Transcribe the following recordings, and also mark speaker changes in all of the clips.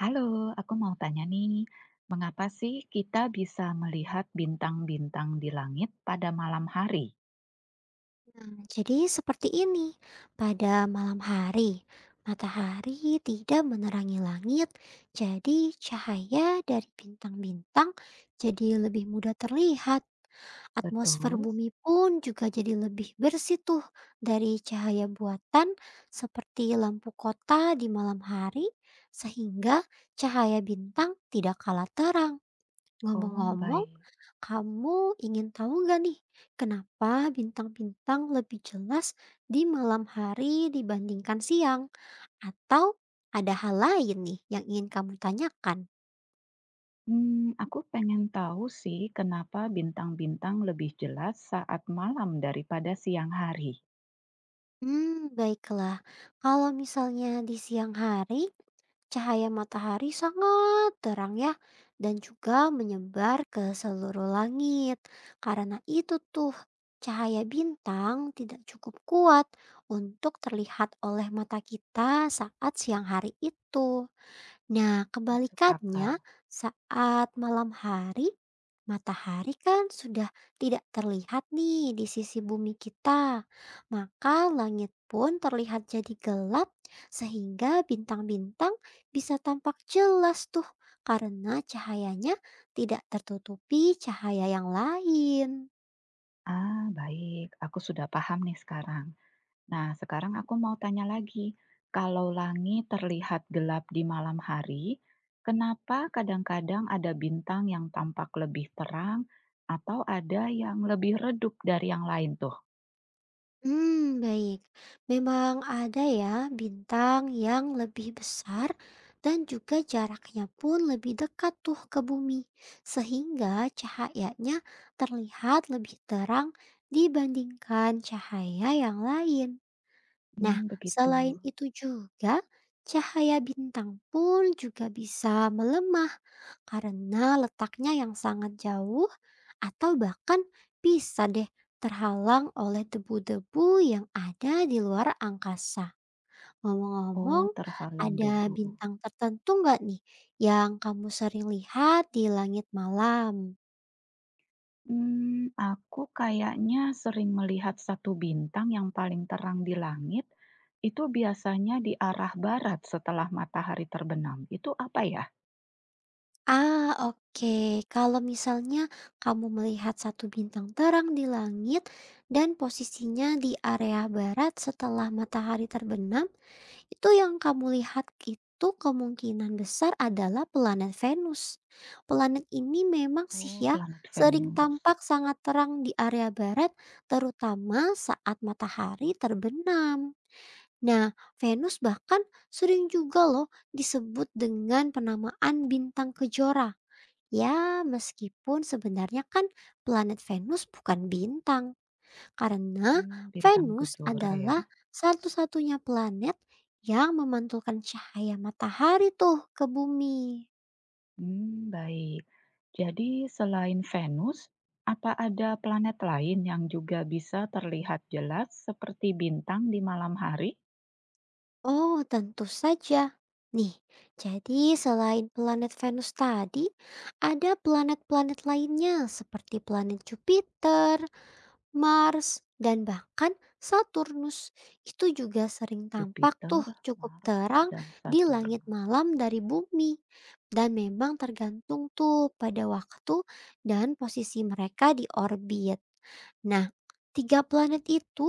Speaker 1: Halo, aku mau tanya nih, mengapa sih kita bisa melihat bintang-bintang di langit pada malam hari?
Speaker 2: Nah, jadi seperti ini. Pada malam hari, matahari tidak menerangi langit, jadi cahaya dari bintang-bintang jadi lebih mudah terlihat. Atmosfer
Speaker 1: Betul?
Speaker 2: bumi pun juga jadi lebih bersih tuh dari cahaya buatan seperti lampu kota di malam hari, sehingga cahaya bintang tidak kalah terang.
Speaker 1: Oh,
Speaker 2: Ngomong-ngomong,
Speaker 1: baik.
Speaker 2: kamu ingin tahu nggak nih, kenapa bintang-bintang lebih jelas di malam hari dibandingkan siang? Atau ada hal lain nih yang ingin kamu tanyakan?
Speaker 1: Aku pengen tahu sih kenapa bintang-bintang lebih jelas saat malam daripada siang hari.
Speaker 2: Hmm, baiklah. Kalau misalnya di siang hari, cahaya matahari sangat terang ya dan juga menyebar ke seluruh langit. Karena itu tuh cahaya bintang tidak cukup kuat untuk terlihat oleh mata kita saat siang hari itu. Nah,
Speaker 1: Masuk akal.
Speaker 2: kebalikannya, saat malam hari, matahari kan sudah tidak terlihat nih di sisi bumi kita. Maka langit pun terlihat jadi gelap, sehingga bintang-bintang bisa tampak jelas tuh karena cahayanya tidak tertutupi cahaya yang lain.
Speaker 1: Ah, baik. Aku sudah paham nih sekarang. Nah, sekarang aku mau tanya lagi, kalau langit terlihat gelap di malam hari, kenapa kadang-kadang ada bintang yang tampak lebih terang atau ada yang lebih redup dari yang lain tuh?
Speaker 2: Hmm, baik. Memang ada ya bintang yang lebih besar dan juga jaraknya pun lebih dekat tuh ke bumi, sehingga cahayanya terlihat lebih terang dibandingkan cahaya yang lain. Nah,
Speaker 1: Hmm, begitu.
Speaker 2: selain itu juga, cahaya bintang pun juga bisa melemah karena letaknya yang sangat jauh atau bahkan bisa deh terhalang oleh debu-debu yang ada di luar angkasa.
Speaker 1: Oh,
Speaker 2: Ngomong-ngomong,
Speaker 1: terhalang
Speaker 2: ada
Speaker 1: debu.
Speaker 2: bintang tertentu nggak nih yang kamu sering lihat di langit malam?
Speaker 1: Aku kayaknya sering melihat satu bintang yang paling terang di langit. Itu biasanya di arah barat setelah matahari terbenam. Itu apa ya?
Speaker 2: Ah, oke. Kalau misalnya kamu melihat satu bintang terang di langit dan posisinya di area barat setelah matahari terbenam, itu yang kamu lihat itu kemungkinan besar adalah planet Venus. Planet ini memang sih
Speaker 1: Oh,
Speaker 2: ya
Speaker 1: planet
Speaker 2: sering
Speaker 1: Venus.
Speaker 2: tampak sangat terang di area barat, terutama saat matahari terbenam. Nah, Venus bahkan sering juga loh disebut dengan penamaan bintang kejora. Ya, meskipun sebenarnya kan planet Venus bukan bintang, karena
Speaker 1: Mmm, bintang
Speaker 2: Venus
Speaker 1: kejora ya?
Speaker 2: adalah satu-satunya planet yang memantulkan cahaya matahari tuh ke bumi.
Speaker 1: Hmm, baik. Jadi selain Venus, apa ada planet lain yang juga bisa terlihat jelas seperti bintang di malam hari?
Speaker 2: Oh, tentu saja. Nih, jadi selain planet Venus tadi, ada planet-planet lainnya seperti planet Jupiter, Mars, dan bahkan Saturnus. Itu juga sering tampak
Speaker 1: Jupiter,
Speaker 2: tuh cukup
Speaker 1: Mars,
Speaker 2: terang
Speaker 1: dan
Speaker 2: di langit
Speaker 1: Saturnus.
Speaker 2: malam dari bumi. Dan memang tergantung tuh pada waktu dan posisi mereka di orbit. Nah, tiga planet itu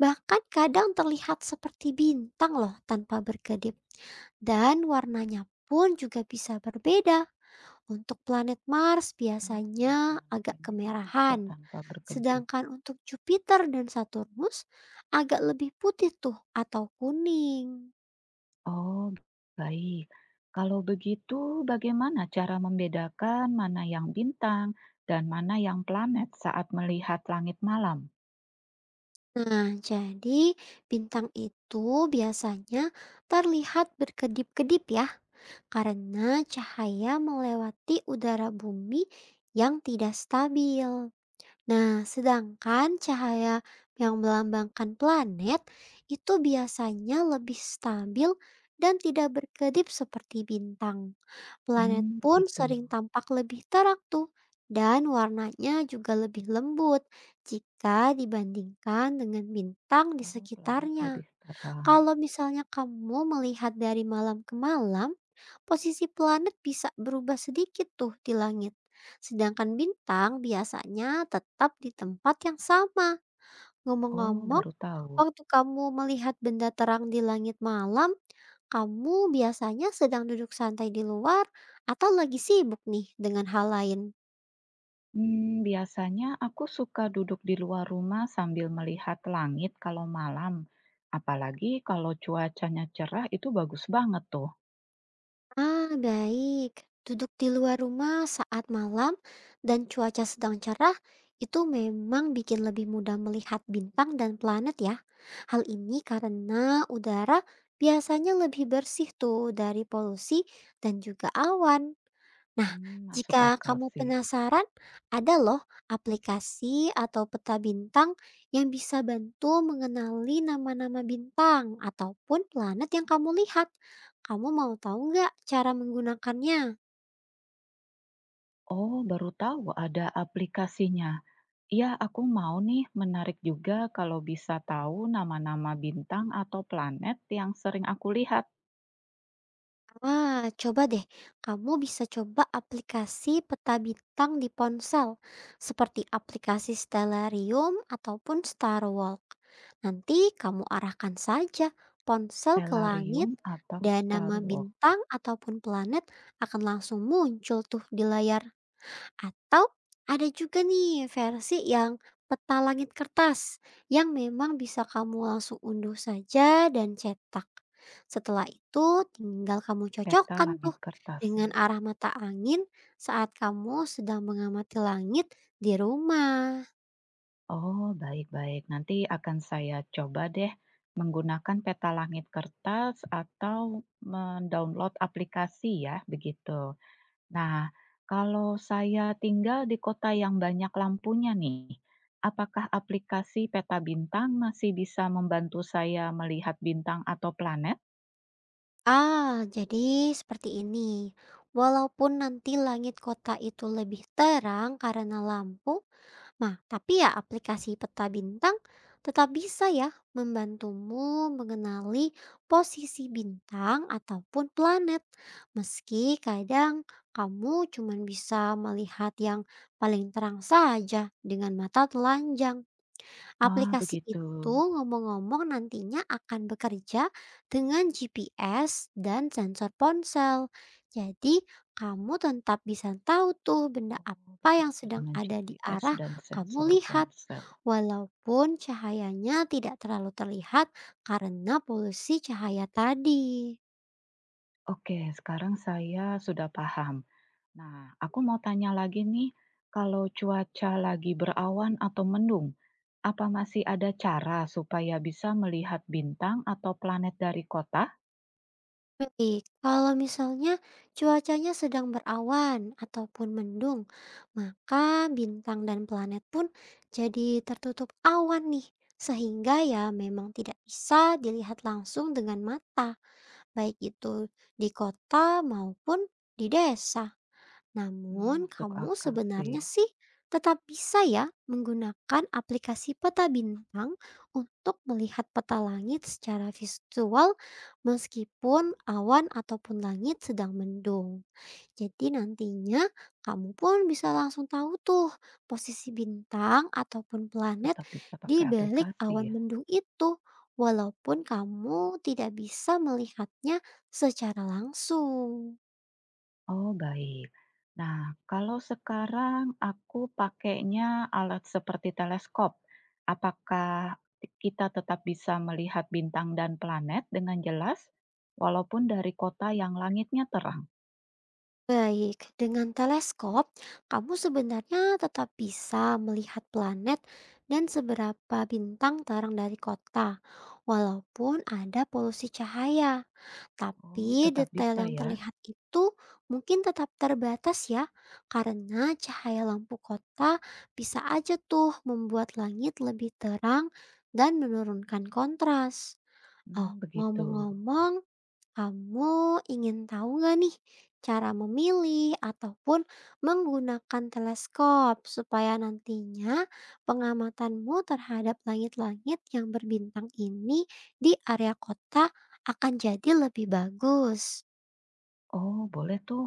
Speaker 2: bahkan kadang terlihat seperti bintang loh tanpa berkedip. Dan warnanya pun juga bisa berbeda, untuk planet Mars
Speaker 1: Oh,
Speaker 2: biasanya
Speaker 1: planet-planet
Speaker 2: agak
Speaker 1: ini bisa
Speaker 2: kemerahan,
Speaker 1: tanpa berkedip.
Speaker 2: sedangkan untuk Jupiter dan Saturnus agak lebih putih tuh atau kuning.
Speaker 1: Oh, baik. Kalau begitu, bagaimana cara membedakan mana yang bintang dan mana yang planet saat melihat langit malam?
Speaker 2: Nah, jadi bintang itu biasanya terlihat berkedip-kedip ya, karena cahaya melewati udara bumi yang tidak stabil. Nah, sedangkan cahaya yang melambangkan planet itu biasanya lebih stabil dan tidak berkedip seperti bintang. Planet
Speaker 1: Hmm,
Speaker 2: pun
Speaker 1: begitu.
Speaker 2: sering tampak lebih terang tuh dan warnanya juga lebih lembut jika dibandingkan dengan bintang di
Speaker 1: Oh, planet
Speaker 2: sekitarnya.
Speaker 1: lebih terang.
Speaker 2: Kalau misalnya kamu melihat dari malam ke malam, posisi planet bisa berubah sedikit tuh di langit, sedangkan bintang biasanya tetap di tempat yang sama.
Speaker 1: Oh,
Speaker 2: Ngomong-ngomong,
Speaker 1: baru tahu.
Speaker 2: waktu kamu melihat benda terang di langit malam, kamu biasanya sedang duduk santai di luar atau lagi sibuk nih dengan hal lain?
Speaker 1: Biasanya aku suka duduk di luar rumah sambil melihat langit kalau malam. Apalagi kalau cuacanya cerah itu bagus banget tuh.
Speaker 2: Ah, baik. Duduk di luar rumah saat malam dan cuaca sedang cerah itu memang bikin lebih mudah melihat bintang dan planet ya. Hal ini karena udara biasanya lebih bersih tuh dari polusi dan juga awan. Nah,
Speaker 1: Masuk
Speaker 2: jika
Speaker 1: akal
Speaker 2: kamu
Speaker 1: sih.
Speaker 2: penasaran, ada loh aplikasi atau peta bintang yang bisa bantu mengenali nama-nama bintang ataupun planet yang kamu lihat. Kamu mau tahu nggak cara menggunakannya?
Speaker 1: Oh, baru tahu ada aplikasinya. Iya, aku mau nih menarik juga kalau bisa tahu nama-nama bintang atau planet yang sering aku lihat.
Speaker 2: Wah, coba deh. Kamu bisa coba aplikasi peta bintang di ponsel, seperti aplikasi Stellarium ataupun Starwalk. Nanti kamu arahkan saja ponsel ke
Speaker 1: Telarium
Speaker 2: langit
Speaker 1: atau
Speaker 2: dan
Speaker 1: Star
Speaker 2: nama
Speaker 1: Walk,
Speaker 2: bintang ataupun planet akan langsung muncul tuh di layar, atau ada juga nih versi yang peta langit kertas yang memang bisa kamu langsung unduh saja dan cetak. Setelah itu tinggal kamu
Speaker 1: peta
Speaker 2: cocokkan tuh
Speaker 1: langit kertas
Speaker 2: dengan
Speaker 1: ya.
Speaker 2: arah mata angin saat kamu sedang mengamati langit di rumah.
Speaker 1: Oh, baik-baik. Nanti akan saya coba deh menggunakan peta langit kertas atau mendownload aplikasi ya, begitu. Nah, kalau saya tinggal di kota yang banyak lampunya nih, apakah aplikasi peta bintang masih bisa membantu saya melihat bintang atau planet?
Speaker 2: Ah, jadi seperti ini. Walaupun nanti langit kota itu lebih terang karena lampu, nah, tapi ya aplikasi peta bintang tetap bisa ya membantumu mengenali posisi bintang ataupun planet. Meski kadang kamu cuma bisa melihat yang paling terang saja dengan mata telanjang.
Speaker 1: Ah,
Speaker 2: Aplikasi
Speaker 1: begitu.
Speaker 2: itu ngomong-ngomong nantinya akan bekerja dengan GPS dan sensor ponsel. Jadi, kamu tetap bisa tahu tuh benda
Speaker 1: Oh,
Speaker 2: apa yang
Speaker 1: bekerja
Speaker 2: sedang
Speaker 1: dengan
Speaker 2: ada di
Speaker 1: GPS
Speaker 2: arah
Speaker 1: dan sensor
Speaker 2: kamu lihat.
Speaker 1: ponsel.
Speaker 2: Walaupun cahayanya tidak terlalu terlihat karena polusi cahaya tadi.
Speaker 1: Oke, sekarang saya sudah paham. Nah, aku mau tanya lagi nih, kalau cuaca lagi berawan atau mendung, apa masih ada cara supaya bisa melihat bintang atau planet dari kota?
Speaker 2: Baik, kalau misalnya cuacanya sedang berawan ataupun mendung, maka bintang dan planet pun jadi tertutup awan nih, sehingga ya memang tidak bisa dilihat langsung dengan mata, baik itu di kota maupun di desa. Namun,
Speaker 1: Masuk
Speaker 2: kamu
Speaker 1: akal sih,
Speaker 2: sebenarnya sih tetap bisa ya menggunakan aplikasi peta bintang untuk melihat peta langit secara visual meskipun awan ataupun langit sedang mendung. Jadi nantinya kamu pun bisa langsung tahu tuh posisi bintang ataupun planet
Speaker 1: tetap bisa pakai
Speaker 2: di balik
Speaker 1: aplikasi
Speaker 2: awan
Speaker 1: ya.
Speaker 2: mendung itu walaupun kamu tidak bisa melihatnya secara langsung.
Speaker 1: Oh, baik. Nah, kalau sekarang aku pakainya alat seperti teleskop, apakah kita tetap bisa melihat bintang dan planet dengan jelas, walaupun dari kota yang langitnya terang?
Speaker 2: Baik, dengan teleskop, kamu sebenarnya tetap bisa melihat planet dan seberapa bintang terang dari kota, walaupun ada polusi cahaya.
Speaker 1: Oh,
Speaker 2: Tapi
Speaker 1: tetap
Speaker 2: detail
Speaker 1: bisa
Speaker 2: yang
Speaker 1: ya?
Speaker 2: terlihat itu mungkin tetap terbatas ya, karena cahaya lampu kota bisa aja tuh membuat langit lebih terang dan menurunkan kontras.
Speaker 1: Mmm,
Speaker 2: Oh,
Speaker 1: begitu.
Speaker 2: ngomong-ngomong, kamu ingin tahu nggak nih cara memilih ataupun menggunakan teleskop supaya nantinya pengamatanmu terhadap langit-langit yang berbintang ini di area kota akan jadi lebih bagus?
Speaker 1: Oh, boleh tuh.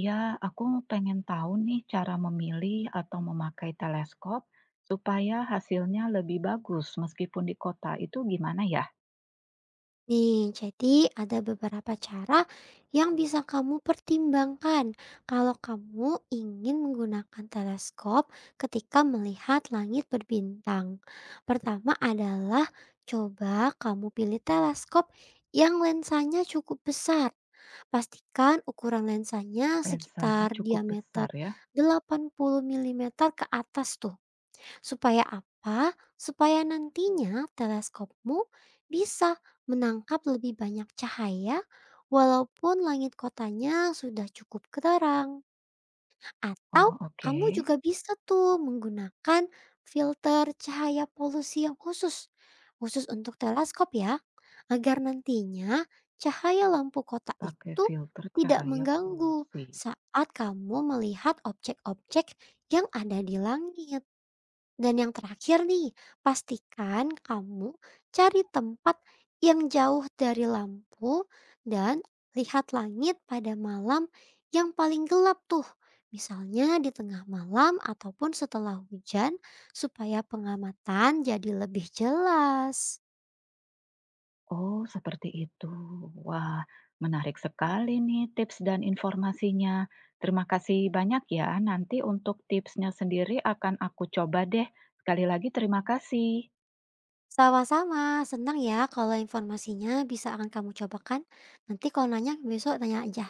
Speaker 1: Iya, aku pengen tahu nih cara memilih atau memakai teleskop supaya hasilnya lebih bagus meskipun di kota. Itu gimana ya?
Speaker 2: Nih, jadi ada beberapa cara yang bisa kamu pertimbangkan kalau kamu ingin menggunakan teleskop ketika melihat langit berbintang. Pertama adalah coba kamu pilih teleskop yang lensanya cukup besar. Pastikan ukuran lensanya
Speaker 1: Lensanya
Speaker 2: sekitar
Speaker 1: cukup
Speaker 2: diameter
Speaker 1: besar ya?
Speaker 2: 80 mm ke atas tuh. Supaya apa? Supaya nantinya teleskopmu bisa menangkap lebih banyak cahaya walaupun langit kotanya sudah cukup terang. Atau
Speaker 1: Oh, oke.
Speaker 2: kamu juga bisa tuh menggunakan filter cahaya polusi yang khusus. Khusus untuk teleskop ya. Agar nantinya cahaya lampu kota itu
Speaker 1: Pakai filter
Speaker 2: tidak
Speaker 1: cahaya
Speaker 2: mengganggu
Speaker 1: polusi.
Speaker 2: saat kamu melihat objek-objek yang ada di langit. Dan yang terakhir nih, pastikan kamu cari tempat yang jauh dari lampu dan lihat langit pada malam yang paling gelap tuh. Misalnya di tengah malam ataupun setelah hujan supaya pengamatan jadi lebih jelas.
Speaker 1: Oh, seperti itu. Wah, menarik sekali nih tips dan informasinya. Terima kasih banyak ya. Nanti untuk tipsnya sendiri akan aku coba deh. Sekali lagi terima kasih.
Speaker 2: Sama-sama, senang ya kalau informasinya bisa akan kamu cobakan. Nanti kalau nanya besok tanya aja.